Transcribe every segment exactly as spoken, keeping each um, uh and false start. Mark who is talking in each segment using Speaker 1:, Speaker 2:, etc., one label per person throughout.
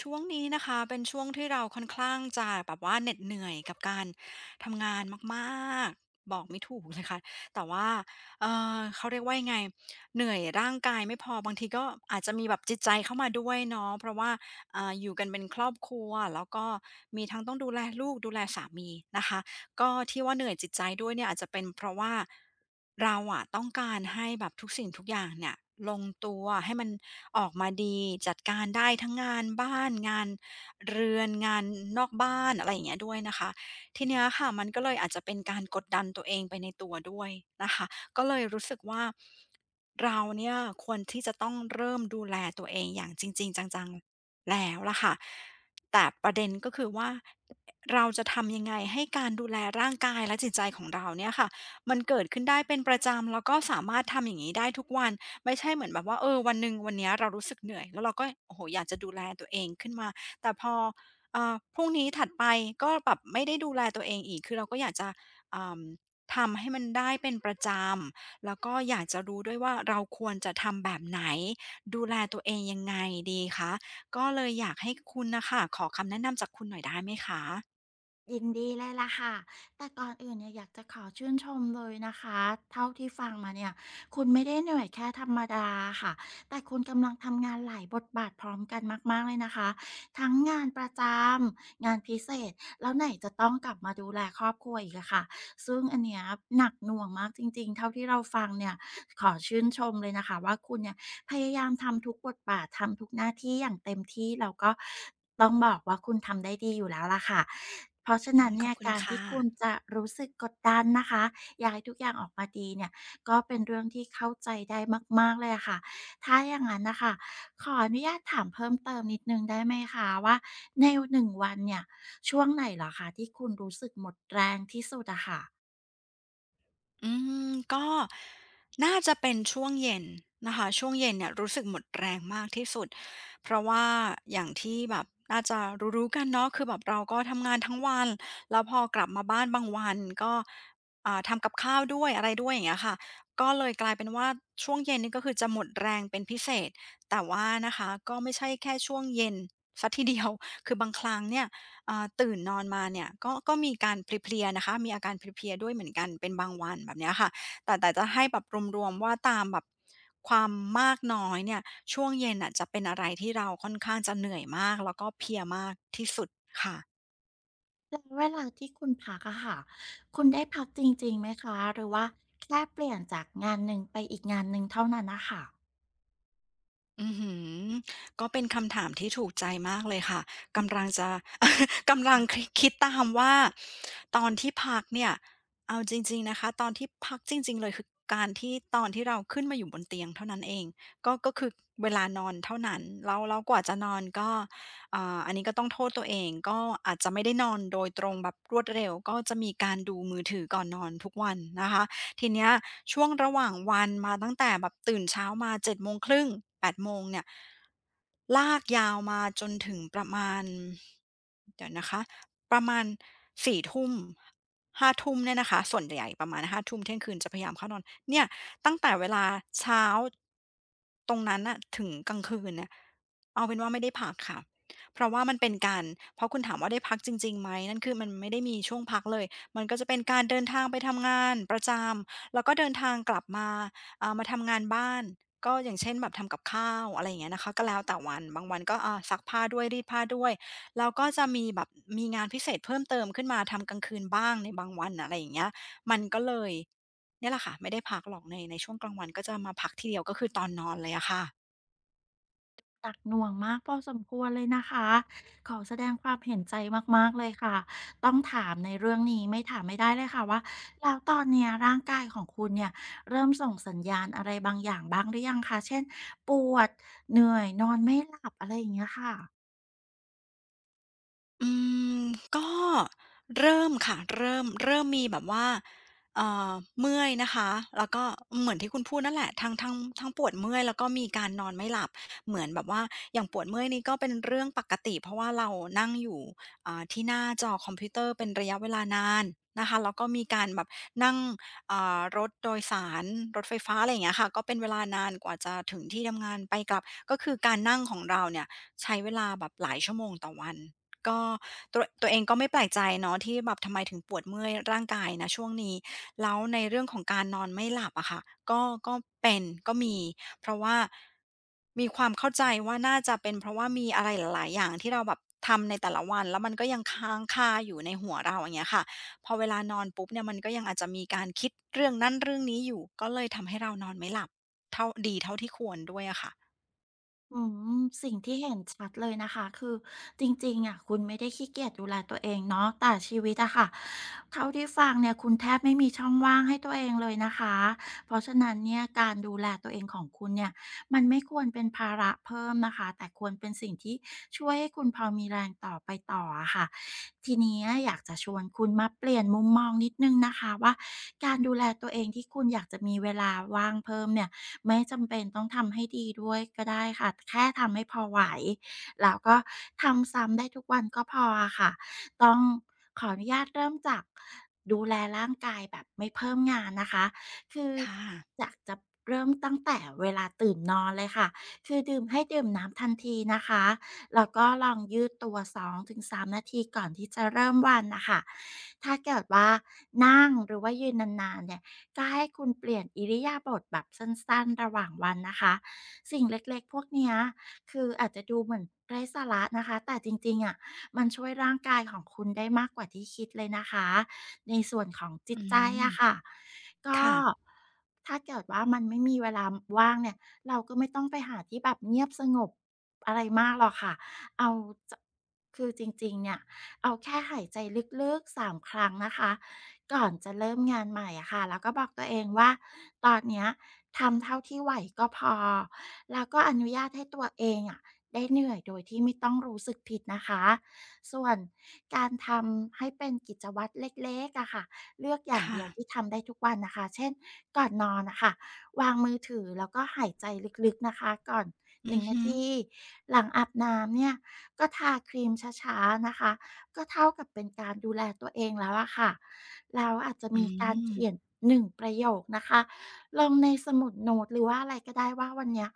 Speaker 1: ช่วงนี้นะคะเป็นช่วงที่เราค่อนข้างจะแบบว่าเหน็ดเหนื่อยกับการทำงานมากๆบอกไม่ถูกเลยค่ะแต่ว่าเออเขาเรียกว่ายังไงเหนื่อยร่างกายไม่พอบางทีก็อาจจะมีแบบจิตใจเข้ามาด้วยเนาะเพราะว่าอ่าอยู่กันเป็นครอบครัวแล้วก็มีทั้งต้องดูแลลูกดูแลสามีนะคะก็ที่ว่าเหนื่อยจิตใจด้วยเนี่ยอาจจะเป็นเพราะว่าเราอะต้องการให้แบบทุกสิ่งทุกอย่างเนี่ยลงตัวให้มัน ออกมาดีจัดการได้ทั้งงานบ้านงานเรือนงานนอกบ้านอะไรอย่างเงี้ยด้วยนะคะทีเนี้ยค่ะมันก็เลยอาจจะเป็นการกดดันตัวเองไปในตัวด้วยนะคะก็เลยรู้สึกว่าเราเนี่ยควรที่จะต้องเริ่มดูแลตัวเองอย่างจริงๆจังๆแล้วล่ะค่ะแต่ประเด็นก็คือว่าเราจะทำยังไงให้การดูแลร่างกายและจิตใจของเราเนี่ยค่ะมันเกิดขึ้นได้เป็นประจำแล้วก็สามารถทำอย่างงี้ได้ทุกวัน ไม่ใช่เหมือนแบบว่าเออวันหนึ่งวันเนี้ยเรารู้สึกเหนื่อยแล้วเราก็โอ้โฮอยากจะดูแลตัวเองขึ้นมาแต่พออ่าพรุ่งนี้ถัดไปก็แบบไม่ได้ดูแลตัวเองอีกคือเราก็อยากจะอ่าทำให้มันได้เป็นประจำแล้วก็อยากจะรู้ด้วยว่าเราควรจะทำแบบไหนดูแลตัวเองยังไงดีคะก็เลยอยากให้คุณน่ะค่ะขอคำแนะนำจากคุณหน่อยได้ไหมคะ
Speaker 2: ยินดีเลยล่ะค่ะแต่ก่อนอื่นเนี่ยอยากจะขอชื่นชมเลยนะคะเท่าที่ฟังมาเนี่ยคุณไม่ได้เหนื่อยแค่ธรรมดาค่ะแต่คุณกำลังทำงานหลายบทบาทพร้อมกันมากๆเลยนะคะทั้งงานประจำงานพิเศษแล้วไหนจะต้องกลับมาดูแลครอบครัวอีกอะค่ะซึ่งอันเนี้ยหนักหน่วงมากจริงๆเท่าที่เราฟังเนี่ย ขอชื่นชมเลยนะคะว่าคุณเนี่ยพยายามทำทุกบทบาททำทุกหน้าที่อย่างเต็มที่แล้วก็ต้องบอกว่าคุณทำได้ดีอยู่แล้วล่ะค่ะเพราะฉะ
Speaker 1: อื
Speaker 2: นั้น
Speaker 1: มขอ
Speaker 2: เนี่
Speaker 1: บ
Speaker 2: ย
Speaker 1: คุณ
Speaker 2: การ
Speaker 1: ค่ะ
Speaker 2: ที่คุณจะรู้สึกกดดันนะคะอยากให้ทุกอย่างออกมาดีเนี่ยก็เป็นเรื่องที่เข้าใจได้มากๆเลยอะค่ะถ้าอย่างงั้นน่ะค่ะขออนุญาตถามเพิ่มเติมนิดหนึ่งได้ไหมคะว่าในหนึ่งวันเนี่ยช่วงไหนเหรอคะที่คุณรู้สึกหมดแรงที่สุดอะค่ะ
Speaker 1: อืมก็น่าจะเป็นช่วงเย็นนะคะช่วงเย็นเนี่ยรู้สึกหมดแรงมากที่สุดเพราะว่าอย่างที่แบบน่าจะรู้ๆกันเนาะคือแบบเราก็ทำงานทั้งวันแล้วพอกลับมาบ้านบางวันก็อ่าทำกับข้าวด้วยอะไรด้วยอย่างเงี้ยค่ะก็เลยกลายเป็นว่าช่วงเย็นนี่ก็คือจะหมดแรงเป็นพิเศษแต่ว่านะคะก็ไม่ใช่แค่ช่วงเย็นเสีทีเดียวคือบางครั้งเนี่ย อ่าตื่นนอนมาเนี่ยก็ก็มีการเพลียๆนะคะมีอาการเพลียๆด้วยเหมือนกันเป็นบางวันแบบเนี้ยค่ะแต่แต่จะให้แบบรวมๆว่าตามแบบความมากน้อยเนี่ยช่วงเย็นอ่ะจะเป็นอะไรที่เราค่อนข้างจะเหนื่อยมากแล้วก็เพลียมากที่สุดค่ะ
Speaker 2: แล้วเวลาที่คุณพักอะค่ะคุณได้พักจริงๆไหมคะหรือว่าแค่เปลี่ยนจากงานหนึ่งไปอีกงานหนึ่งเท่านั้นนะคะ
Speaker 1: อื้อฮือก็เป็นคำถามที่ถูกใจมากเลยค่ะกำลังจะ กำลังคดคิดตามว่าตอนที่พักเนี่ยเอาจริงๆนะคะตอนที่พักจริงๆเลยคือการที่ตอนที่เราขึ้นมาอยู่บนเตียงเท่านั้นเองก็ก็คือเวลานอนเท่านั้นแล้วแล้วกว่าจะนอนก็อ่าอันนี้ก็ต้องโทษตัวเองก็อาจจะไม่ได้นอนโดยตรงแบบรวดเร็วก็จะมีการดูมือถือก่อนนอนทุกวันนะคะ ทีเนี้ยช่วงระหว่างวันมาตั้งแต่แบบตื่นเช้ามาเจ็ดโมงครึ่งแปดโมงเนี่ยลากยาวมาจนถึงประมาณเดี๋ยวนะคะประมาณสี่ทุ่มห้าทุ่มเนี่ยนะคะส่วนใหญ่ประมาณห้าทุ่มเที่ยงคืนจะพยายามเข้านอนเนี่ยตั้งแต่เวลาเช้าตรงนั้นน่ะถึงกลางคืนเนี่ยเอาเป็นว่าไม่ได้พักค่ะเพราะว่ามันเป็นการเพราะคุณถามว่าได้พักจริงๆไหมนั่นคือมันไม่ได้มีช่วงพักเลยมันก็จะเป็นการเดินทางไปทำงานประจำ แล้วก็เดินทางกลับมาอ่ามาทำงานบ้านก็อย่างเช่นแบบทำกับข้าวอะไรอย่างเงี้ยนะคะก็แล้วแต่วันบางวันก็อ่าซักผ้าด้วยรีดผ้าด้วยแล้วก็จะมีแบบมีงานพิเศษเพิ่มเติมขึ้นมาทำกลางคืนบ้างในบางวันอะไรอย่างเงี้ยมันก็เลยเนี่ยแหละค่ะไม่ได้พักหรอกในในช่วงกลางวันก็จะมาพักทีเดียวก็คือตอนนอนเลยอะค่ะ
Speaker 2: หนักหน่วงมากพอสมควรเลยนะคะขอแสดงความเห็นใจมากๆเลยค่ะต้องถามในเรื่องนี้ไม่ถามไม่ได้เลยค่ะว่าแล้วตอนเนี้ยร่างกายของคุณเนี่ยเริ่มส่งสัญญาณอะไรบางอย่างบ้างหรือยังคะเช่นปวดเหนื่อยนอนไม่หลับอะไรอย่างเงี้ยค่ะ
Speaker 1: อืมก็เริ่มค่ะเริ่มเริ่มมีแบบว่าเอ่อเมื่อยนะคะแล้วก็เหมือนที่คุณพูดนั่นแหละทั้งทั้งทั้งปวดเมื่อยแล้วก็มีการนอนไม่หลับเหมือนแบบว่าอย่างปวดเมื่อยนี่ก็เป็นเรื่องปกติเพราะว่าเรานั่งอยู่อ่าที่หน้าจอคอมพิวเตอร์เป็นระยะเวลานานนะคะแล้วก็มีการแบบนั่งอ่ารถโดยสารรถไฟฟ้าอะไรอย่างเงี้ยค่ะก็เป็นเวลานานกว่าจะถึงที่ทำงานไปกลับก็คือการนั่งของเราเนี่ยใช้เวลาแบบหลายชั่วโมงต่อวัน ก็ตัวตัวเองก็ไม่แปลกใจเนาะที่แบบทำไมถึงปวดเมื่อยร่างกายนะช่วงนี้แล้วในเรื่องของการนอนไม่หลับอะค่ะก็ก็เป็นก็มีเพราะว่ามีความเข้าใจว่าน่าจะเป็นเพราะว่ามีอะไรหลายๆอย่างที่เราแบบทำในแต่ละวันแล้วมันก็ยังค้างคาอยู่ในหัวเราอย่างเงี้ยค่ะพอเวลานอนปุ๊บเนี่ยมันก็ยังอาจจะมีการคิดเรื่องนั้นเรื่องนี้อยู่ก็เลยทำให้เรานอนไม่หลับเท่าดีเท่าที่ควรด้วยอะค่ะ
Speaker 2: อืมสิ่งที่เห็นชัดเลยนะคะคือจริงๆอะคุณไม่ได้ขี้เกียจดูแลตัวเองเนาะแต่ชีวิตอะค่ะเท่าที่ฟังเนี่ยคุณแทบไม่มีช่องว่างให้ตัวเองเลยนะคะเพราะฉะนั้นเนี่ยการดูแลตัวเองของคุณเนี่ยมันไม่ควรเป็นภาระเพิ่มนะคะแต่ควรเป็นสิ่งที่ช่วยให้คุณพอมีแรงต่อไปต่ออะค่ะ ทีนี้อยากจะชวนคุณมาเปลี่ยนมุมมองนิดนึงนะคะว่าการดูแลตัวเองที่คุณอยากจะมีเวลาว่างเพิ่มเนี่ยไม่จำเป็นต้องทำให้ดีด้วยก็ได้ค่ะแค่ทำให้พอไหวแล้วก็ทำซ้ำได้ทุกวันก็พออะค่ะต้องขออนุญาตเริ่มจากดูแลร่างกายแบบไม่เพิ่มงานนะคะคือ
Speaker 1: ค่ะ
Speaker 2: อยากจะเริ่มตั้งแต่เวลาตื่นนอนเลยค่ะคือดื่มให้ดื่มน้ำทันทีนะคะ แล้วก็ลองยืดตัวสองถึงสามนาทีก่อนที่จะเริ่มวันนะคะ ถ้าเกิดว่านั่งหรือว่ายืนนานๆเนี่ยก็ให้คุณเปลี่ยนอิริยาบถแบบสั้นๆระหว่างวันนะคะ สิ่งเล็กๆพวกเนี้ยคืออาจจะดูเหมือนไร้สาระนะคะ แต่จริงๆอะมันช่วยร่างกายของคุณได้มากกว่าที่คิดเลยนะคะ ในส่วนของจิ
Speaker 1: อื
Speaker 2: ตใจ
Speaker 1: ม
Speaker 2: อะค่ะก็
Speaker 1: ค่ะ
Speaker 2: ถ้าเกิดว่ามันไม่มีเวลาว่างเนี่ยเราก็ไม่ต้องไปหาที่แบบเงียบสงบอะไรมากหรอกค่ะ เอาจะคือจริงๆเนี่ยเอาแค่หายใจลึกๆสามครั้งนะคะก่อนจะเริ่มงานใหม่อะค่ะแล้วก็บอกตัวเองว่าตอนเนี้ยทำเท่าที่ไหวก็พอแล้วก็อนุญาตให้ตัวเองอะได้เหนื่อยโดยที่ไม่ต้องรู้สึกผิดนะคะส่วนการทำให้เป็นกิจวัตรเล็กๆอะค่ะเลือกอ
Speaker 1: ค
Speaker 2: ย่างเดียวที่
Speaker 1: ่ะ
Speaker 2: ทำได้ทุกวันนะคะเช่นก่อนนอนน่ะค่ะวางมือถือแล้วก็หายใจลึกๆนะคะก่อน
Speaker 1: อื
Speaker 2: หนึ่ง
Speaker 1: อ
Speaker 2: นงนา
Speaker 1: ฮึ
Speaker 2: ที หลังอาบน้ำเนี่ยก็ทาครีมช้าๆนะคะก็เท่ากับเป็นการดูแลตัวเองแล้วอะค่ะแล้วอาจจะ
Speaker 1: อื
Speaker 2: มีการเขียน
Speaker 1: ม
Speaker 2: หนึ่งประโยคนะคะลงในสมุดโน้ตหรือว่าอะไรก็ได้ว่าวันเนี้ย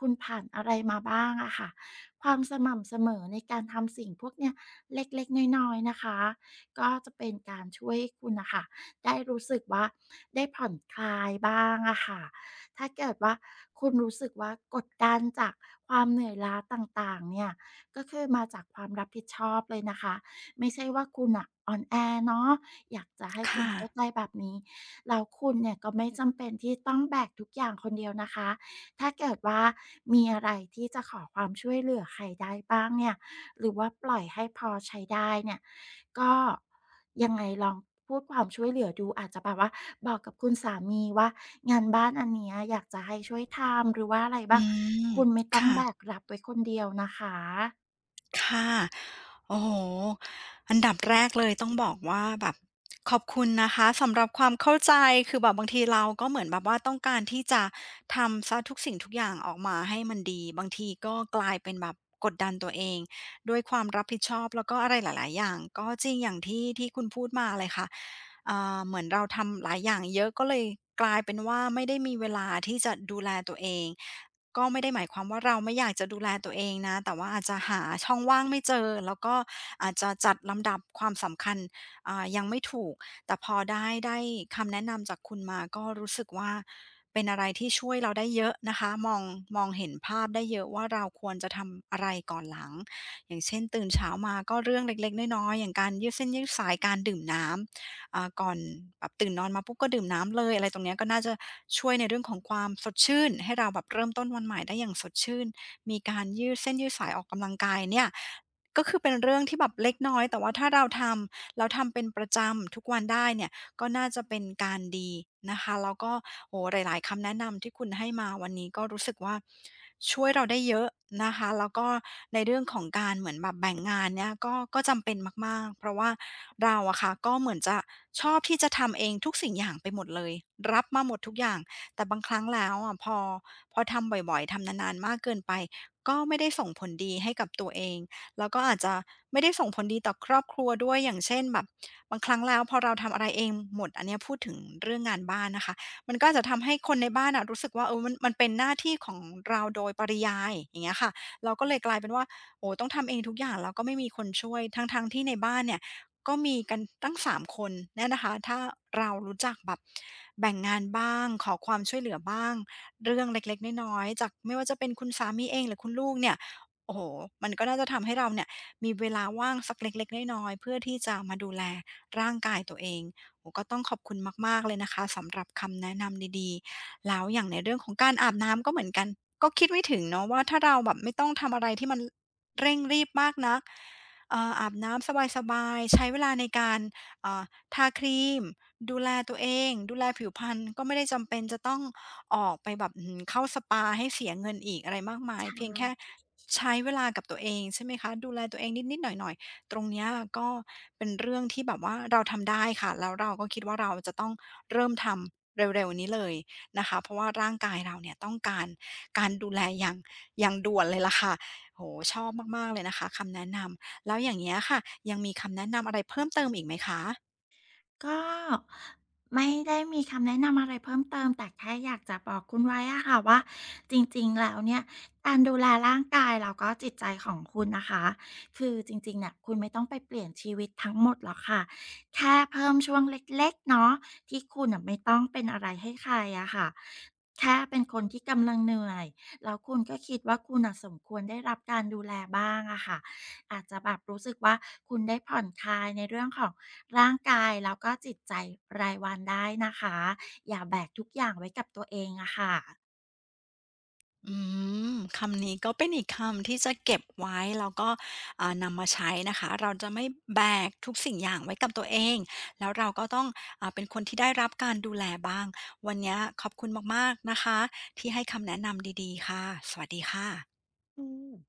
Speaker 2: คุณผ่านอะไรมาบ้างอะค่ะความสม่ำเสมอในการทำสิ่งพวกเนี้ยเล็กๆน้อยๆนะคะก็จะเป็นการช่วยคุณนะคะได้รู้สึกว่าได้ผ่อนคลายบ้างอะค่ะ ถ้าเกิดว่าคุณรู้สึกว่ากดดันจากความเหนื่อยล้าต่างๆเนี่ยก็คือมาจากความรับผิดชอบเลยนะคะไม่ใช่ว่าคุณอะอ่อนแอเนาะอยากจะให้
Speaker 1: ค
Speaker 2: คุณเข้าใจ
Speaker 1: ่ะ
Speaker 2: แบบนี้แล้วคุณเนี่ยก็ไม่จำเป็นที่ต้องแบกทุกอย่างคนเดียวนะคะถ้าเกิดว่ามีอะไรที่จะขอความช่วยเหลือใครได้บ้างเนี่ยหรือว่าปล่อยให้พอใช้ได้เนี่ย ก็ยังไงลองพูดความช่วยเหลือดูอาจจะแบบว่าบอกกับคุณสามีว่างานบ้านอันเนี้ยอยากจะให้ช่วยทำหรือว่าอะไรบ้า
Speaker 1: อื
Speaker 2: ง
Speaker 1: ม
Speaker 2: คุณไม่ต้อง
Speaker 1: ค่ะ
Speaker 2: แบกรับไว้คนเดียวนะคะ
Speaker 1: ค่ะโอ้โฮอันดับแรกเลยต้องบอกว่าแบบขอบคุณนะคะสำหรับความเข้าใจคือแบบบางทีเราก็เหมือนแบบว่าต้องการที่จะทำเสียทุกสิ่งทุกอย่างออกมาให้มันดีบางทีก็กลายเป็นแบบกดดันตัวเองด้วยความรับผิดชอบแล้วก็อะไรหลายๆอย่างก็จริงอย่างที่ที่คุณพูดมาเลยค่ะ อ่าเหมือนเราทำหลายอย่างเยอะก็เลยกลายเป็นว่าไม่ได้มีเวลาที่จะดูแลตัวเองก็ไม่ได้หมายความว่าเราไม่อยากจะดูแลตัวเองนะแต่ว่าอาจจะหาช่องว่างไม่เจอแล้วก็อาจจะจัดลำดับความสำคัญอ่ายังไม่ถูกแต่พอได้ได้คำแนะนำจากคุณมาก็รู้สึกว่าเป็นอะไรที่ช่วยเราได้เยอะนะคะมองมองเห็นภาพได้เยอะว่าเราควรจะทำอะไรก่อนหลังอย่างเช่นตื่นเช้ามาก็เรื่องเล็กๆน้อยๆอย่างการยืดเส้นยืดสายการดื่มน้ำ อ่าก่อนแบบตื่นนอนมาปุ๊บก็ดื่มน้ำเลยอะไรตรงเนี้ยก็น่าจะช่วยในเรื่องของความสดชื่นให้เราแบบเริ่มต้นวันใหม่ได้อย่างสดชื่นมีการยืดเส้นยืดสายออกกำลังกายเนี่ยก็คือเป็นเรื่องที่แบบเล็กน้อยแต่ว่าถ้าเราทำเราทำเป็นประจำทุกวันได้เนี่ย ก็น่าจะเป็นการดีนะคะแล้วก็โอหลายๆคำแนะนำที่คุณให้มาวันนี้ก็รู้สึกว่าช่วยเราได้เยอะนะคะแล้วก็ในเรื่องของการเหมือนแบบแบ่งงานเนี่ยก็ก็จำเป็นมากๆเพราะว่าเราอะค่ะก็เหมือนจะชอบที่จะทำเองทุกสิ่งอย่างไปหมดเลยรับมาหมดทุกอย่างแต่บางครั้งแล้วอะพอพอทำบ่อยๆทำนานๆมากเกินไปก็ไม่ได้ส่งผลดีให้กับตัวเอง แล้วก็อาจจะไม่ได้ส่งผลดีต่อครอบครัวด้วย อย่างเช่นแบบบางครั้งแล้วพอเราทำอะไรเองหมดอันเนี้ยพูดถึงเรื่องงานบ้านนะคะมันก็อาจจะทำให้คนในบ้านอะรู้สึกว่าเออมันมันเป็นหน้าที่ของเราโดยปริยายอย่างเงี้ยค่ะเราก็เลยกลายเป็นว่าโอ้โฮต้องทำเองทุกอย่างแล้วก็ไม่มีคนช่วย ทั้งๆที่ในบ้านเนี่ยก็มีกันตั้งสามคนเนี่ยนะคะถ้าเรารู้จักแบบแบ่งงานบ้างขอความช่วยเหลือบ้างเรื่องเล็กๆน้อยๆจากไม่ว่าจะเป็นคุณสามีเองหรือคุณลูกเนี่ย โอ้โหมันก็น่าจะทำให้เราเนี่ยมีเวลาว่างสักเล็กๆน้อยๆเพื่อที่จะมาดูแลร่างกายตัวเองโอ้ก็ต้องขอบคุณมากๆเลยนะคะสำหรับคำแนะนำดีๆแล้วอย่างในเรื่องของการอาบน้ำก็เหมือนกันก็คิดไม่ถึงเนาะว่าถ้าเราแบบไม่ต้องทำอะไรที่มันเร่งรีบมากนักเอ่ออาบน้ำสบายๆใช้เวลาในการเอ่อทาครีมดูแลตัวเองดูแลผิวพรรณก็ไม่ได้จำเป็นจะต้องออกไปแบบอื้เข้าสปาให้เสียเงินอีกอะไรมากมายเพียงแค่ ใช้เวลากับตัวเองใช่ไหมคะดูแลตัวเองนิดๆหน่อยๆตรงเนี้ยก็เป็นเรื่องที่แบบว่าเราทำได้ค่ะแล้วเราก็คิดว่าเราจะต้องเริ่มทำเร็วๆนี้เลยนะคะเพราะว่าร่างกายเราเนี่ยต้องการการดูแลอย่างอย่างด่วนเลยล่ะค่ะโอ้โชอบมากๆเลยนะคะคำแนะนำแล้วอย่างเงี้ยค่ะยังมีคำแนะนำอะไรเพิ่มเติมอีกไหมคะ
Speaker 2: ก็ไม่ได้มีคำแนะนำอะไรเพิ่มเติมแต่แค่อยากจะบอกคุณไว้อะค่ะว่าจริงๆแล้วเนี่ยการดูแลร่างกายแล้วก็จิตใจของคุณนะคะคือจริงๆเนี่ยคุณไม่ต้องไปเปลี่ยนชีวิตทั้งหมดหรอกค่ะแค่เพิ่มช่วงเล็กๆเนาะที่คุณน่ะไม่ต้องเป็นอะไรให้ใครอะค่ะแค่เป็นคนที่กำลังเหนื่อยแล้วคุณก็คิดว่าคุณน่ะสมควรได้รับการดูแลบ้างอะค่ะอาจจะแบบรู้สึกว่าคุณได้ผ่อนคลายในเรื่องของ ร่างกายแล้วก็จิตใจรายวันได้นะคะอย่าแบกทุกอย่างไว้กับตัวเองอะค่ะ
Speaker 1: อืมคำนี้ก็เป็นอีกคำที่จะเก็บไว้แล้วก็อ่านำมาใช้นะคะเราจะไม่แบกทุกสิ่งอย่างไว้กับตัวเองแล้วเราก็ต้องอ่าเป็นคนที่ได้รับการดูแลบ้างวันเนี้ยขอบคุณมากๆนะคะที่ให้คำแนะนำดีๆค่ะสวัสดีค่ะ